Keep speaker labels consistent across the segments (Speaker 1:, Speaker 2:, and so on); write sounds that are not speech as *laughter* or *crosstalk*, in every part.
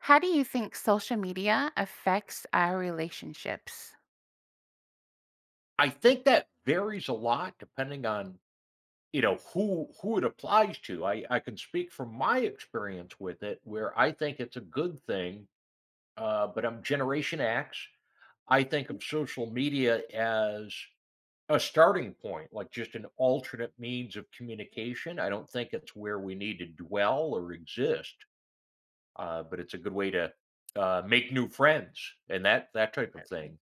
Speaker 1: How do you think social media affects our relationships?
Speaker 2: I think that varies a lot depending on, you know, who it applies to. I can speak from my experience with it where I think it's a good thing, but I'm Generation X. I think of social media as a starting point, like just an alternate means of communication. I don't think it's where we need to dwell or exist, but it's a good way to make new friends and that type of thing.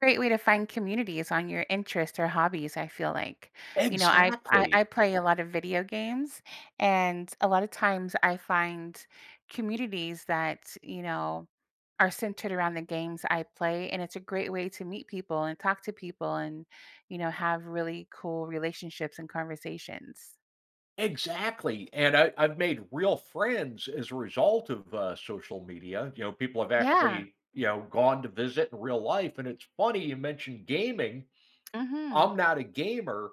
Speaker 1: Great way to find communities on your interests or hobbies, I feel like. You know, I, I
Speaker 2: Exactly.
Speaker 1: I play a lot of video games and a lot of times I find communities that, you know, are centered around the games I play, and it's a great way to meet people and talk to people and, you know, have really cool relationships and conversations.
Speaker 2: Exactly, and I I've made real friends as a result of, social media, you know, people have
Speaker 1: Yeah.
Speaker 2: actually, you know, gone to visit in real life, and it's funny you mentioned gaming.
Speaker 1: Mhm.
Speaker 2: I'm not a gamer,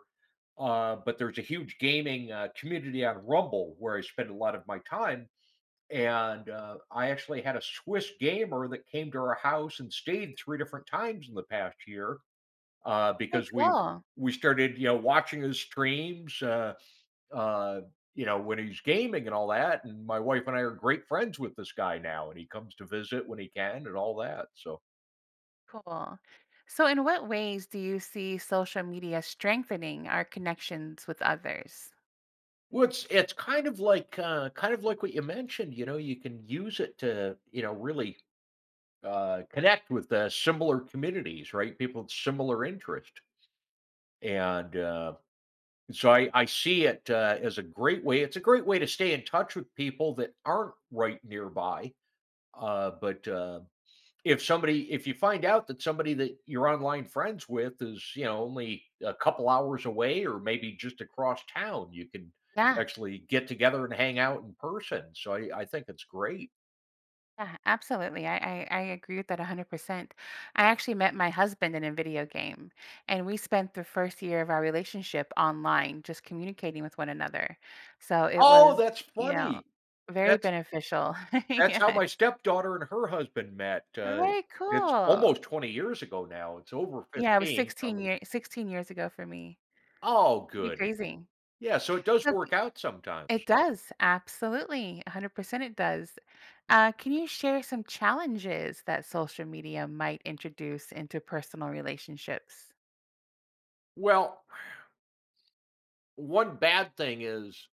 Speaker 2: but there's a huge gaming, community on Rumble where I spend a lot of my time, and, I actually had a Swiss gamer that came to our house and stayed 3 different times in the past year, uh,
Speaker 1: Very
Speaker 2: because we
Speaker 1: cool.
Speaker 2: we started, you know, watching his streams, uh, you know, when he's gaming and all that. And my wife and I are great friends with this guy now, and he comes to visit when he can and all that. So
Speaker 1: Cool. So, in what ways do you see social media strengthening our connections with others?
Speaker 2: well, it's kind of like what you mentioned. You know, you can use it to you know really connect with similar communities, right? People with similar interest, and so I see it as a great way. It's a great way to stay in touch with people that aren't right nearby, but if somebody if you find out that somebody that you're online friends with is you know only a couple hours away or maybe just across town you can
Speaker 1: Yeah,
Speaker 2: actually get together and hang out in person so I think it's great.
Speaker 1: yeah, absolutely. I agree with that 100%. I actually met my husband in a video game, and we spent the first year of our relationship online, just communicating with one another. So, it
Speaker 2: Oh,
Speaker 1: was,
Speaker 2: that's
Speaker 1: you know,
Speaker 2: funny.
Speaker 1: very
Speaker 2: that's
Speaker 1: beneficial. *laughs*
Speaker 2: that's how
Speaker 1: Yeah,
Speaker 2: my stepdaughter and her husband met,
Speaker 1: very
Speaker 2: it's
Speaker 1: cool.
Speaker 2: almost 20 years ago now. It's over
Speaker 1: Yeah, it was
Speaker 2: 15
Speaker 1: 16
Speaker 2: probably.
Speaker 1: year, 16 years ago for me.
Speaker 2: Oh
Speaker 1: Pretty
Speaker 2: good.
Speaker 1: crazy.
Speaker 2: Yeah, so it does
Speaker 1: So
Speaker 2: work out sometimes.
Speaker 1: it does, absolutely, 100% it does. Can you share some challenges that social media might introduce into personal relationships?
Speaker 2: Well, one bad thing is,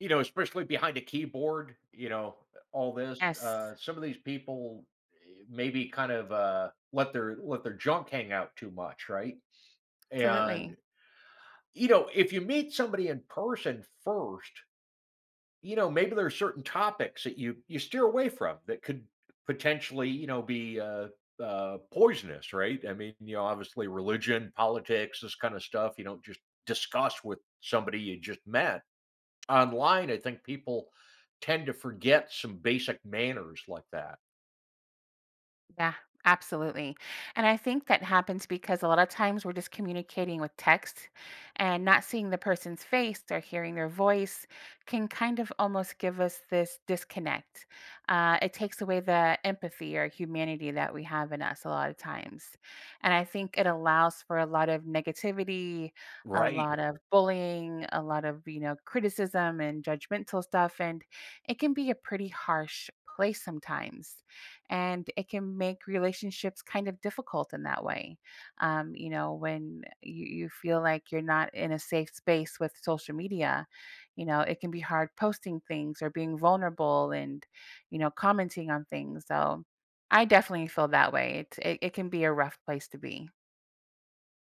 Speaker 2: you know, especially behind a keyboard, you know, all this,
Speaker 1: Yes,
Speaker 2: some of these people, eh, maybe kind of, let their junk hang out too much, right?
Speaker 1: absolutely.
Speaker 2: And, you know, if you meet somebody in person first, you know, maybe there are certain topics that you steer away from that could potentially, you know, be, poisonous, right? I mean, you know, obviously religion, politics, this kind of stuff, you don't just discuss with somebody you just met online. I think people tend to forget some basic manners like that.
Speaker 1: Yeah, absolutely. And I think that happens because a lot of times we're just communicating with text and not seeing the person's face or hearing their voice can kind of almost give us this disconnect. It takes away the empathy or humanity that we have in us a lot of times. And I think it allows for a lot of negativity, a
Speaker 2: Right.
Speaker 1: lot of bullying, a lot of, you know, criticism and judgmental stuff. And it can be a pretty harsh place sometimes, and it can make relationships kind of difficult in that way. You know, when you feel like you're not in a safe space with social media, you know, it can be hard posting things or being vulnerable and, you know, commenting on things. So I definitely feel that way. It can be a rough place to be.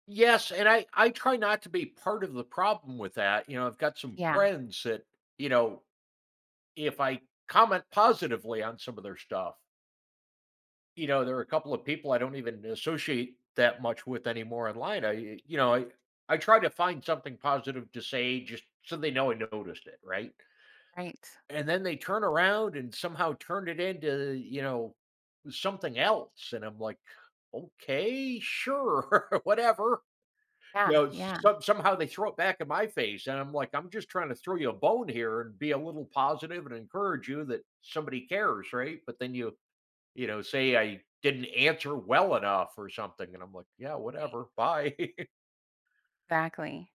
Speaker 2: Yes, and I try not to be part of the problem with that. You know, I've got some
Speaker 1: Yeah,
Speaker 2: friends that, you know, if I comment positively on some of their stuff, you know, there are a couple of people I don't even associate that much with anymore online. I you know, I try to find something positive to say just so they know I noticed it, right?
Speaker 1: right.
Speaker 2: And then they turn around and somehow turn it into, you know, something else, and I'm like, "Okay, sure, *laughs* whatever." You
Speaker 1: Yeah,
Speaker 2: know,
Speaker 1: yeah,
Speaker 2: some somehow they throw it back in my face, and I'm like, "I'm just trying to throw you a bone here and be a little positive and encourage you that somebody cares, right?" But then you know, say I didn't answer well enough or something, and I'm like, "Yeah,
Speaker 1: right,
Speaker 2: whatever, bye." *laughs*
Speaker 1: exactly.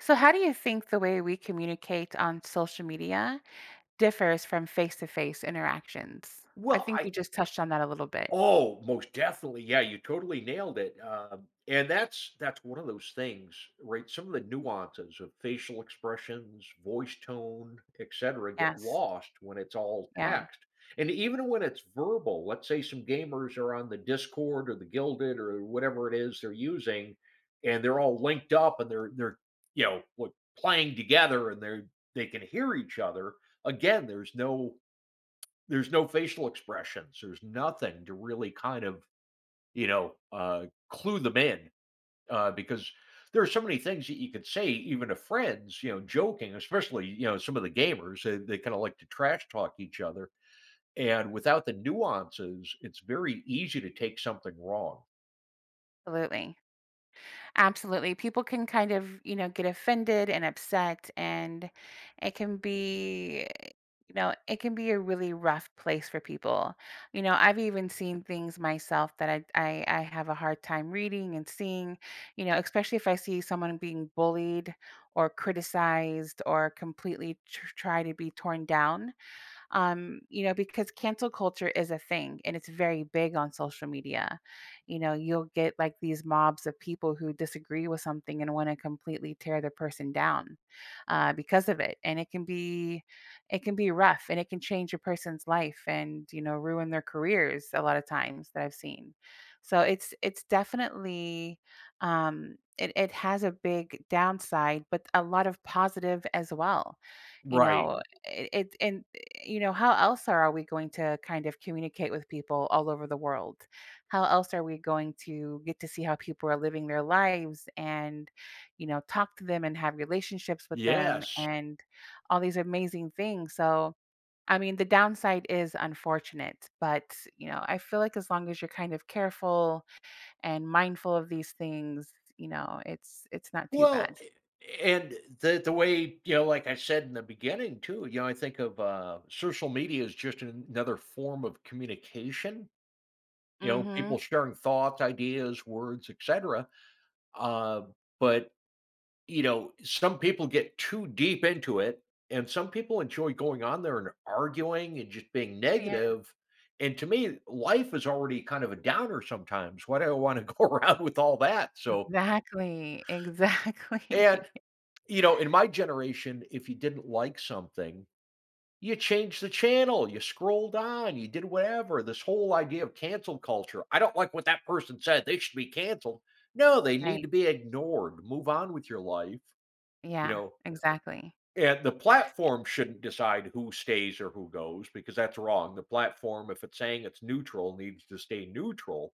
Speaker 1: So, how do you think the way we communicate on social media differs from face-to-face interactions? I
Speaker 2: Well,
Speaker 1: think
Speaker 2: I.
Speaker 1: we just touched on that a little bit.
Speaker 2: Oh, most definitely. Yeah, you totally nailed it. And that's one of those things, right? Some of the nuances of facial expressions, voice tone, etc., get
Speaker 1: Yes.
Speaker 2: lost when it's all
Speaker 1: Yeah.
Speaker 2: text. And even when it's verbal, let's say some gamers are on the Discord or the Gilded or whatever it is they're using, and they're all linked up and they're you know like playing together and they're they can hear each other. Again, there's no facial expressions. There's nothing to really kind of, you know, clue them in because there are so many things that you could say, even to friends, you know, joking, especially, you know, some of the gamers, they kind of like to trash talk each other. And without the nuances, it's very easy to take something wrong.
Speaker 1: Absolutely. Absolutely. People can kind of, you know, get offended and upset, and it can be, you know, it can be a really rough place for people. You know, I've even seen things myself that I have a hard time reading and seeing, you know, especially if I see someone being bullied or criticized or completely tr try to be torn down. You know, because cancel culture is a thing, and it's very big on social media. You know, you'll get like these mobs of people who disagree with something and want to completely tear the person down because of it, and it can be rough, and it can change a person's life, and you know, ruin their careers a lot of times that I've seen. So it's definitely it has a big downside, but a lot of positive as well. You
Speaker 2: Right.
Speaker 1: know, it and you know, how else are we going to kind of communicate with people all over the world? How else are we going to get to see how people are living their lives and, you know, talk to them and have relationships with them
Speaker 2: Yes.
Speaker 1: and all these amazing things? So, I mean, the downside is unfortunate, but, you know, I feel like as long as you're kind of careful and mindful of these things, you know, it's not too
Speaker 2: Well,
Speaker 1: bad.
Speaker 2: and the way you know, like I said in the beginning too, you know, I think of social media as just another form of communication. You know, people
Speaker 1: Mhm.
Speaker 2: sharing thoughts, ideas, words, etc. Uh, but, you know, some people get too deep into it, and some people enjoy going on there and arguing and just being
Speaker 1: Yeah.
Speaker 2: negative. And to me, life is already kind of a downer sometimes. Why do I want to *laughs* go around with all that? So,
Speaker 1: Exactly. Exactly.
Speaker 2: and,
Speaker 1: *laughs*
Speaker 2: you know, in my generation, if you didn't like something, you changed the channel, you scrolled on, you did whatever. This whole idea of cancel culture. I don't like what that person said. They should be canceled. No, they need to
Speaker 1: Right.
Speaker 2: be ignored. Move on with your life, you
Speaker 1: Yeah,
Speaker 2: know.
Speaker 1: exactly.
Speaker 2: And the platform shouldn't decide who stays or who goes because that's wrong. The platform, if it's saying it's neutral, needs to stay neutral,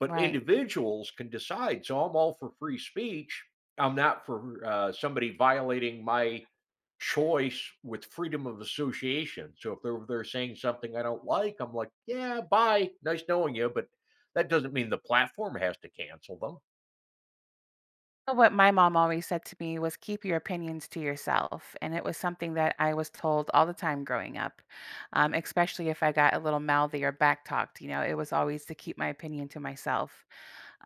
Speaker 2: but
Speaker 1: Right.
Speaker 2: individuals can decide. So I'm all for free speech. I'm not for somebody violating my choice with freedom of association. So if they're saying something I don't like, I'm like, yeah, bye, nice knowing you, but that doesn't mean the platform has to cancel them.
Speaker 1: know What my mom always said to me was keep your opinions to yourself. And it was something that I was told all the time growing up, especially if I got a little mouthy or backtalked. You know, it was always to keep my opinion to myself.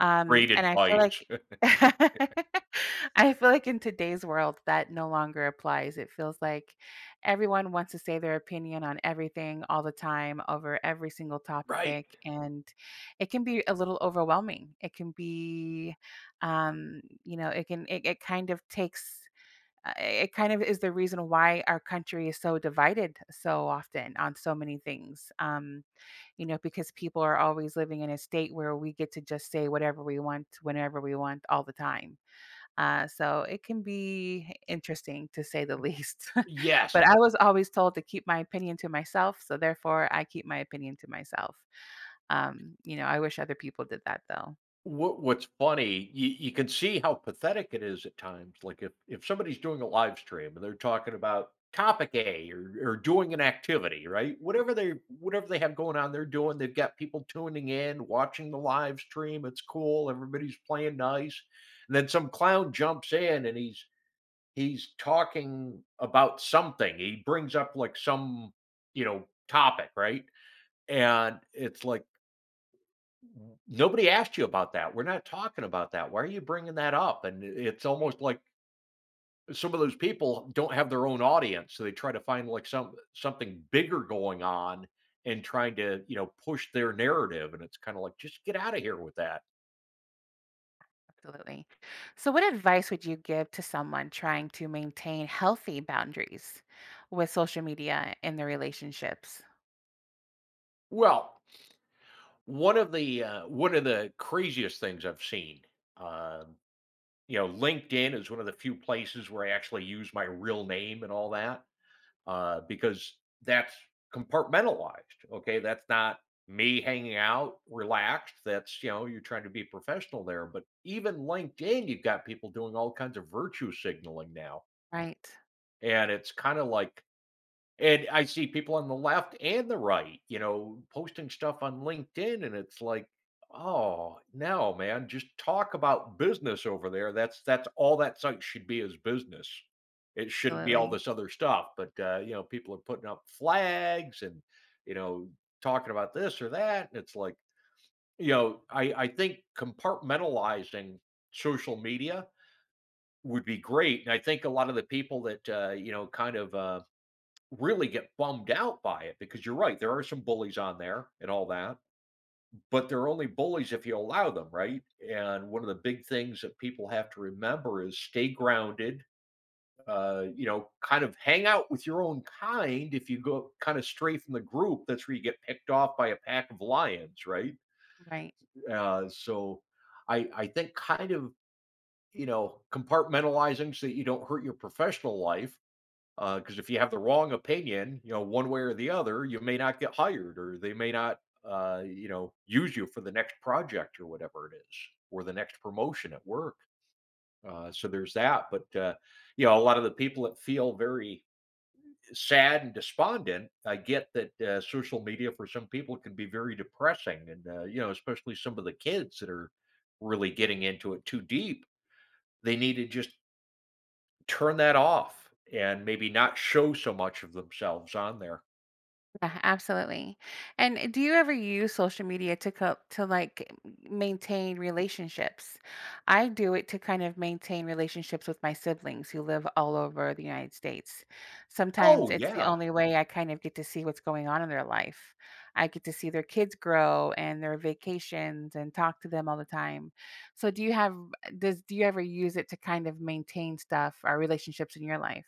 Speaker 1: Um,
Speaker 2: Great
Speaker 1: and I feel
Speaker 2: advice.
Speaker 1: like
Speaker 2: *laughs*
Speaker 1: *laughs* I feel like in today's world that no longer applies. It feels like everyone wants to say their opinion on everything all the time over every single
Speaker 2: Right.
Speaker 1: topic, and it can be a little overwhelming. You know, it kind of takes it kind of is the reason why our country is so divided so often on so many things. You know, because people are always living in a state where we get to just say whatever we want, whenever we want, all the time. So it can be interesting to say the least. *laughs*
Speaker 2: Yes.
Speaker 1: But I was always told to keep my opinion to myself. So therefore, I keep my opinion to myself. You know, I wish other people did that though.
Speaker 2: What what's funny, you can see how pathetic it is at times, like, if somebody's doing a live stream and they're talking about topic A or doing an activity, right? Whatever they have going on, they're doing, they've got people tuning in, watching the live stream, it's cool, everybody's playing nice, and then some clown jumps in and he's talking about something, he brings up, like, some, you know, topic, right? And it's like, nobody asked you about that. We're not talking about that. Why are you bringing that up? And it's
Speaker 1: Right,
Speaker 2: almost like some of those people don't have their own audience, so they try to find like some something bigger going on and trying to, you know, push their narrative. And it's kind of like, just get out of here with that.
Speaker 1: absolutely. So, what advice would you give to someone trying to maintain healthy boundaries with social media in their relationships?
Speaker 2: Well, one of the craziest things I've seen, um, you know, LinkedIn is one of the few places where I actually use my real name and all that. Because that's compartmentalized. Okay, that's not me hanging out relaxed. That's you know you're trying to be professional there. But even LinkedIn, you've got people doing all kinds of virtue signaling now,
Speaker 1: Right.
Speaker 2: and it's kind of like, and I see people on the left and the right, you know, posting stuff on LinkedIn, and it's like, "Oh, no, man, just talk about business over there." That's all that site should be is business. It shouldn't be all
Speaker 1: Absolutely.
Speaker 2: this other stuff, but, you know, people are putting up flags and, you know, talking about this or that, and it's like, you know, I think compartmentalizing social media would be great, and I think a lot of the people that, you know, kind of, really get bummed out by it because you're right, there are some bullies on there and all that, but they're only bullies if you allow them, right? And one of the big things that people have to remember is stay grounded. You know, kind of hang out with your own kind. If you go kind of stray from the group, that's where you get picked off by a pack of lions, right?
Speaker 1: Right.
Speaker 2: So, I think kind of you know compartmentalizing so that you don't hurt your professional life. Because if you have the wrong opinion, you know, one way or the other, you may not get hired or they may not, you know, use you for the next project or whatever it is, or the next promotion at work. So there's that. But, you know, a lot of the people that feel very sad and despondent, I get that social media for some people can be very depressing. And, you know, especially some of the kids that are really getting into it too deep, they need to just turn that off and maybe not show so much of themselves on there.
Speaker 1: Yeah, absolutely. And do you ever use social media to cope, to like maintain relationships? I do it to kind of maintain relationships with my siblings who live all over the United States.
Speaker 2: Oh,
Speaker 1: Sometimes it's the
Speaker 2: yeah.
Speaker 1: only way I kind of get to see what's going on in their life. I get to see their kids grow and their vacations and talk to them all the time. So do you ever use it to kind of maintain stuff or relationships in your life?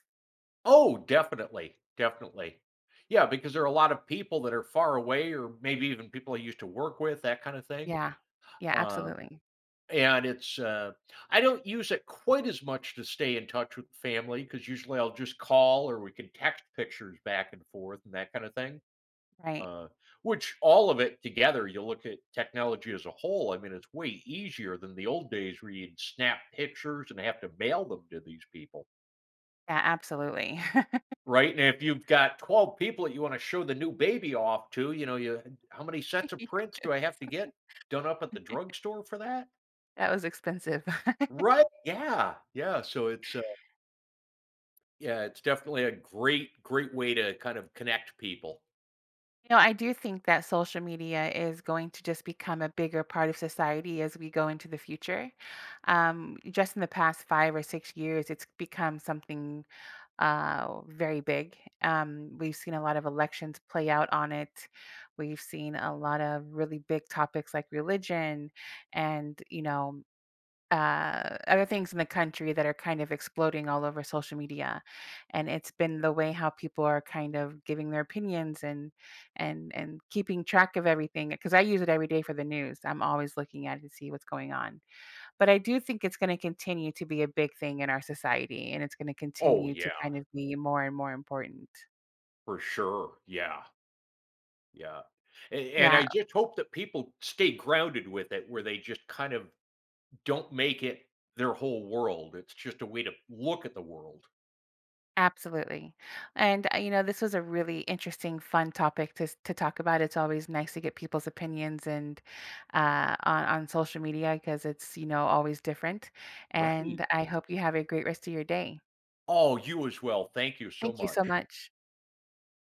Speaker 2: Oh, definitely, definitely. Yeah, because there are a lot of people that are far away or maybe even people I used to work with, that kind of thing.
Speaker 1: Yeah. Yeah,
Speaker 2: Um,
Speaker 1: absolutely.
Speaker 2: and it's I don't use it quite as much to stay in touch with family because usually I'll just call or we can text pictures back and forth and that kind of thing.
Speaker 1: Right.
Speaker 2: Uh, which all of it together, you look at technology as a whole. I mean, it's way easier than the old days where you'd snap pictures and have to mail them to these people.
Speaker 1: Yeah, absolutely.
Speaker 2: Right, and if you've got 12 people that you wanna show the new baby off to, you know, you how many sets
Speaker 1: *laughs*
Speaker 2: of
Speaker 1: Yeah,
Speaker 2: prints do I have to get done up at the drugstore for that?
Speaker 1: that was expensive. *laughs*
Speaker 2: Right, yeah, yeah, so it's, yeah, it's definitely a great, great way to kind of connect people.
Speaker 1: You know, I do think that social media is going to just become a bigger part of society as we go into the future. Just in the past 5 or 6 years, it's become something very big. We've seen a lot of elections play out on it. We've seen a lot of really big topics like religion and, you know, other things in the country that are kind of exploding all over social media, and it's been the way how people are kind of giving their opinions and keeping track of everything. Because I use it every day for the news. I'm always looking at it to see what's going on. But I do think it's going to continue to be a big thing in our society, and it's going to
Speaker 2: Oh,
Speaker 1: continue to
Speaker 2: yeah,
Speaker 1: kind of be more and more important.
Speaker 2: for sure, yeah, yeah, a and
Speaker 1: Yeah,
Speaker 2: I just hope that people stay grounded with it where they just kind of don't make it their whole world, it's just a way to look at the world.
Speaker 1: absolutely. And, you know, this was a really interesting, fun topic to, to talk about. It's always nice to get people's opinions and on social media because it's, you know, always different.
Speaker 2: Right.
Speaker 1: And I hope you have a great rest of your day.
Speaker 2: Oh, you as well, thank you so
Speaker 1: Thank you so
Speaker 2: much.
Speaker 1: much.